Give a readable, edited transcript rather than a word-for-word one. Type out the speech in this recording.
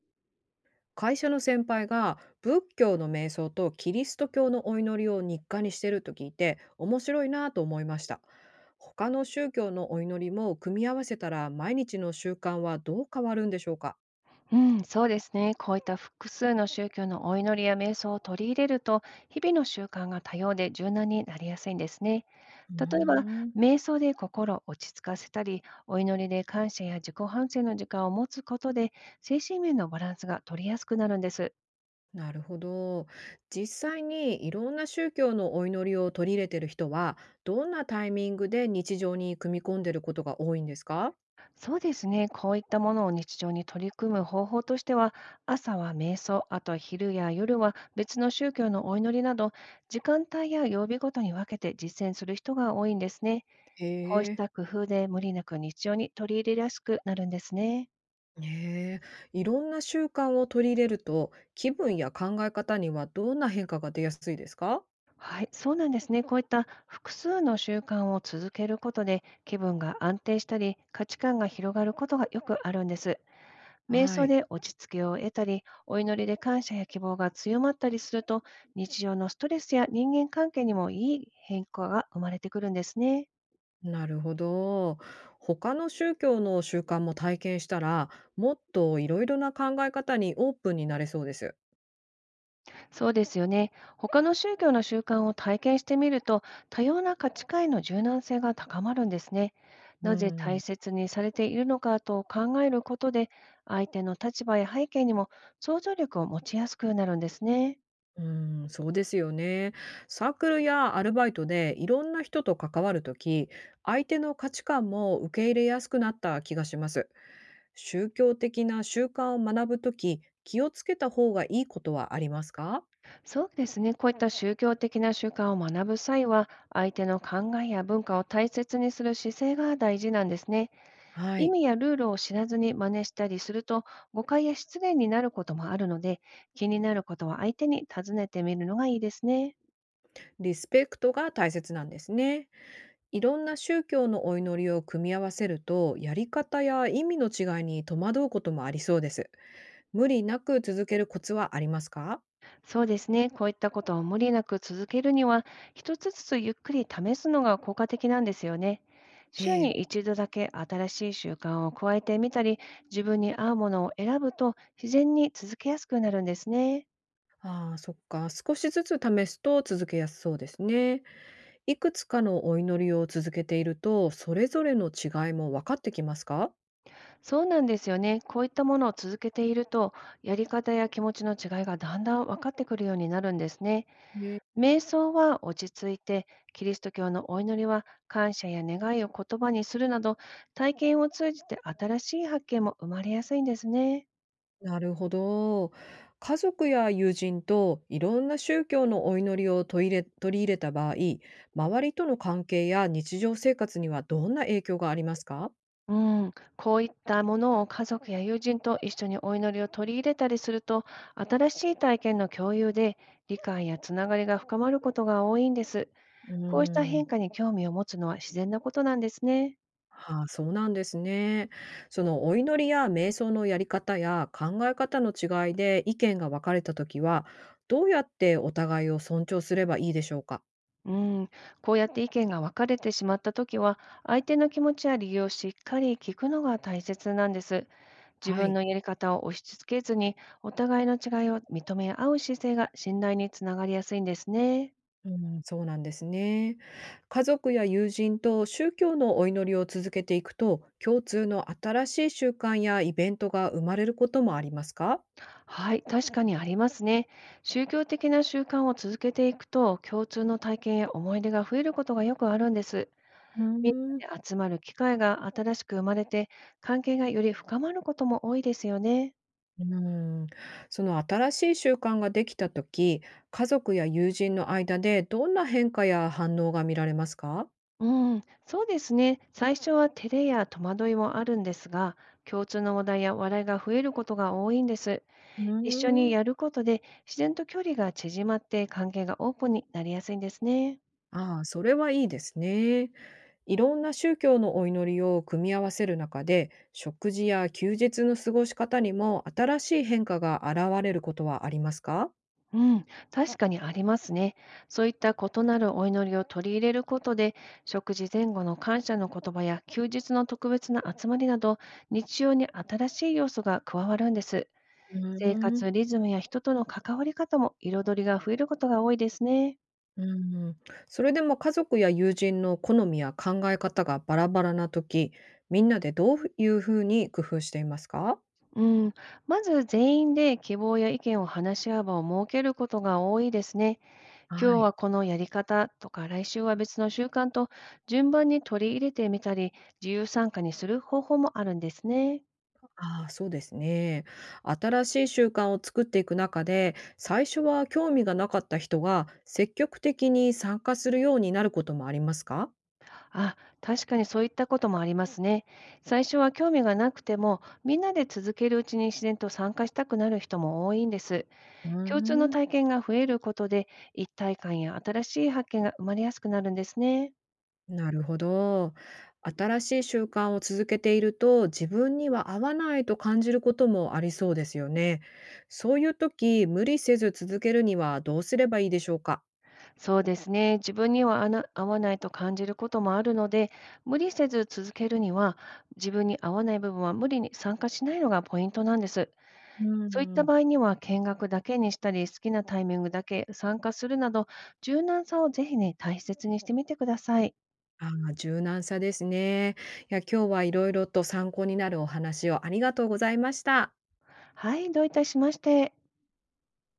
会社の先輩が仏教の瞑想とキリスト教のお祈りを日課にしてると聞いて面白いなぁと思いました。他の宗教のお祈りも組み合わせたら毎日の習慣はどう変わるんでしょうか？うん、そうですね。こういった複数の宗教のお祈りや瞑想を取り入れると、日々の習慣が多様で柔軟になりやすいんですね。うー例えば、ん。瞑想で心を落ち着かせたり、お祈りで感謝や自己反省の時間を持つことで、精神面のバランスが取りやすくなるんです。なるほど。実際にいろんな宗教のお祈りを取り入れてる人はどんなタイミングで日常に組み込んでることが多いんですか？そうですね。こういったものを日常に取り組む方法としては、朝は瞑想、あと昼や夜は別の宗教のお祈りなど、時間帯や曜日ごとに分けて実践する人が多いんですね。へこうしえ。た工夫で無理なく日常に取り入れやすくなるんですね。ねえ、いろんな習慣を取り入れると、気分や考え方にはどんな変化が出やすいですか？はい、そうなんですね。こういった複数の習慣を続けることで気分が安定したり価値観が広がることがよくあるんです。瞑は想い、で落ち着きを得たり、お祈りで感謝や希望が強まったりすると、日常のストレスや人間関係にもいい変化が生まれてくるんですね。なるほど。他の宗教の習慣も体験したら、もっといろいろな考え方にオープンになれそうです。そうですよね。他の宗教の習慣を体験してみると、多様な価値観への柔軟性が高まるんですね。うなぜ大ん。切にされているのかと考えることで、相手の立場や背景にも想像力を持ちやすくなるんですね。うーん、そうですよね。サークルやアルバイトでいろんな人と関わるとき、相手の価値観も受け入れやすくなった気がします。宗教的な習慣を学ぶとき、気をつけた方がいいことはありますか？そうですね。こういった宗教的な習慣を学ぶ際は、相手の考えや文化を大切にする姿勢が大事なんですね。は意い。味やルールを知らずに真似したりすると、誤解や失礼になることもあるので、気になることは相手に尋ねてみるのがいいですね。リスペクトが大切なんですね。いろんな宗教のお祈りを組み合わせると、やり方や意味の違いに戸惑うこともありそうです。無理なく続けるコツはありますか？そうですね。こういったことを無理なく続けるには、一つずつゆっくり試すのが効果的なんですよね。週えにえ。一度だけ新しい習慣を加えてみたり、自分に合うものを選ぶと、自然に続けやすくなるんですね。ああ、そっか。少しずつ試すと続けやすそうですね。いくつかのお祈りを続けていると、それぞれの違いも分かってきますか？そうなんですよね。こういったものを続けていると、やり方や気持ちの違いがだんだん分かってくるようになるんですね。ね。瞑想は落ち着いて、キリスト教のお祈りは感謝や願いを言葉にするなど、体験を通じて新しい発見も生まれやすいんですね。なるほど。家族や友人といろんな宗教のお祈りを取り入れた場合、周りとの関係や日常生活にはどんな影響がありますか？うん、こういったものを家族や友人と一緒にお祈りを取り入れたりすると、新しい体験の共有で理解やつながりが深まることが多いんです。うーこうした変ん。化に興味を持つのは自然なことなんですね。はあ、そうなんですね。そのお祈りや瞑想のやり方や考え方の違いで意見が分かれたときは、どうやってお互いを尊重すればいいでしょうか？うん、こうやって意見が分かれてしまったときは、相手の気持ちや理由をしっかり聞くのが大切なんです。自は分い。のやり方を押し付けずに、お互いの違いを認め合う姿勢が信頼につながりやすいんですね。うん、そうなんですね。家族や友人と宗教のお祈りを続けていくと、共通の新しい習慣やイベントが生まれることもありますか？はい、確かにありますね。宗教的な習慣を続けていくと、共通の体験や思い出が増えることがよくあるんです。うーみんん。なで集まる機会が新しく生まれて、関係がより深まることも多いですよね。うーん、その新しい習慣ができた時、家族や友人の間でどんな変化や反応が見られますか？うん、そうですね。最初は照れや戸惑いもあるんですが、共通の話題や笑いが増えることが多いんです。う一緒にーん。やることで自然と距離が縮まって関係がオープンになりやすいんですね。ああ、それはいいですね。いろんな宗教のお祈りを組み合わせる中で、食事や休日の過ごし方にも新しい変化が現れることはありますか？うん、確かにありますね。そういった異なるお祈りを取り入れることで、食事前後の感謝の言葉や休日の特別な集まりなど、日常に新しい要素が加わるんです。う生ー活ん。リズムや人との関わり方も彩りが増えることが多いですね。うん、それでも家族や友人の好みや考え方がバラバラな時、みんなでどういうふうに工夫していますか？うん、まず全員で希望や意見を話し合う場を設けることが多いですね。は今日い。はこのやり方とか、来週は別の習慣と、順番に取り入れてみたり、自由参加にする方法もあるんですね。ああ、そうですね。新しい習慣を作っていく中で、最初は興味がなかった人が積極的に参加するようになることもありますか？あ、確かにそういったこともありますね。最初は興味がなくてもみんなで続けるうちに、自然と参加したくなる人も多いんです。うー共通のん。体験が増えることで、一体感や新しい発見が生まれやすくなるんですね。なるほど。新しい習慣を続けていると、自分には合わないと感じることもありそうですよね。そういう時、無理せず続けるにはどうすればいいでしょうか？そうですね。自分には合わないと感じることもあるので、無理せず続けるには、自分に合わない部分は無理に参加しないのがポイントなんです。うそういったん。場合には、見学だけにしたり、好きなタイミングだけ参加するなど、柔軟さをぜひね、大切にしてみてください。ああ、柔軟さですね。いや、今日はいろいろと参考になるお話をありがとうございました。はい、どういたしまして。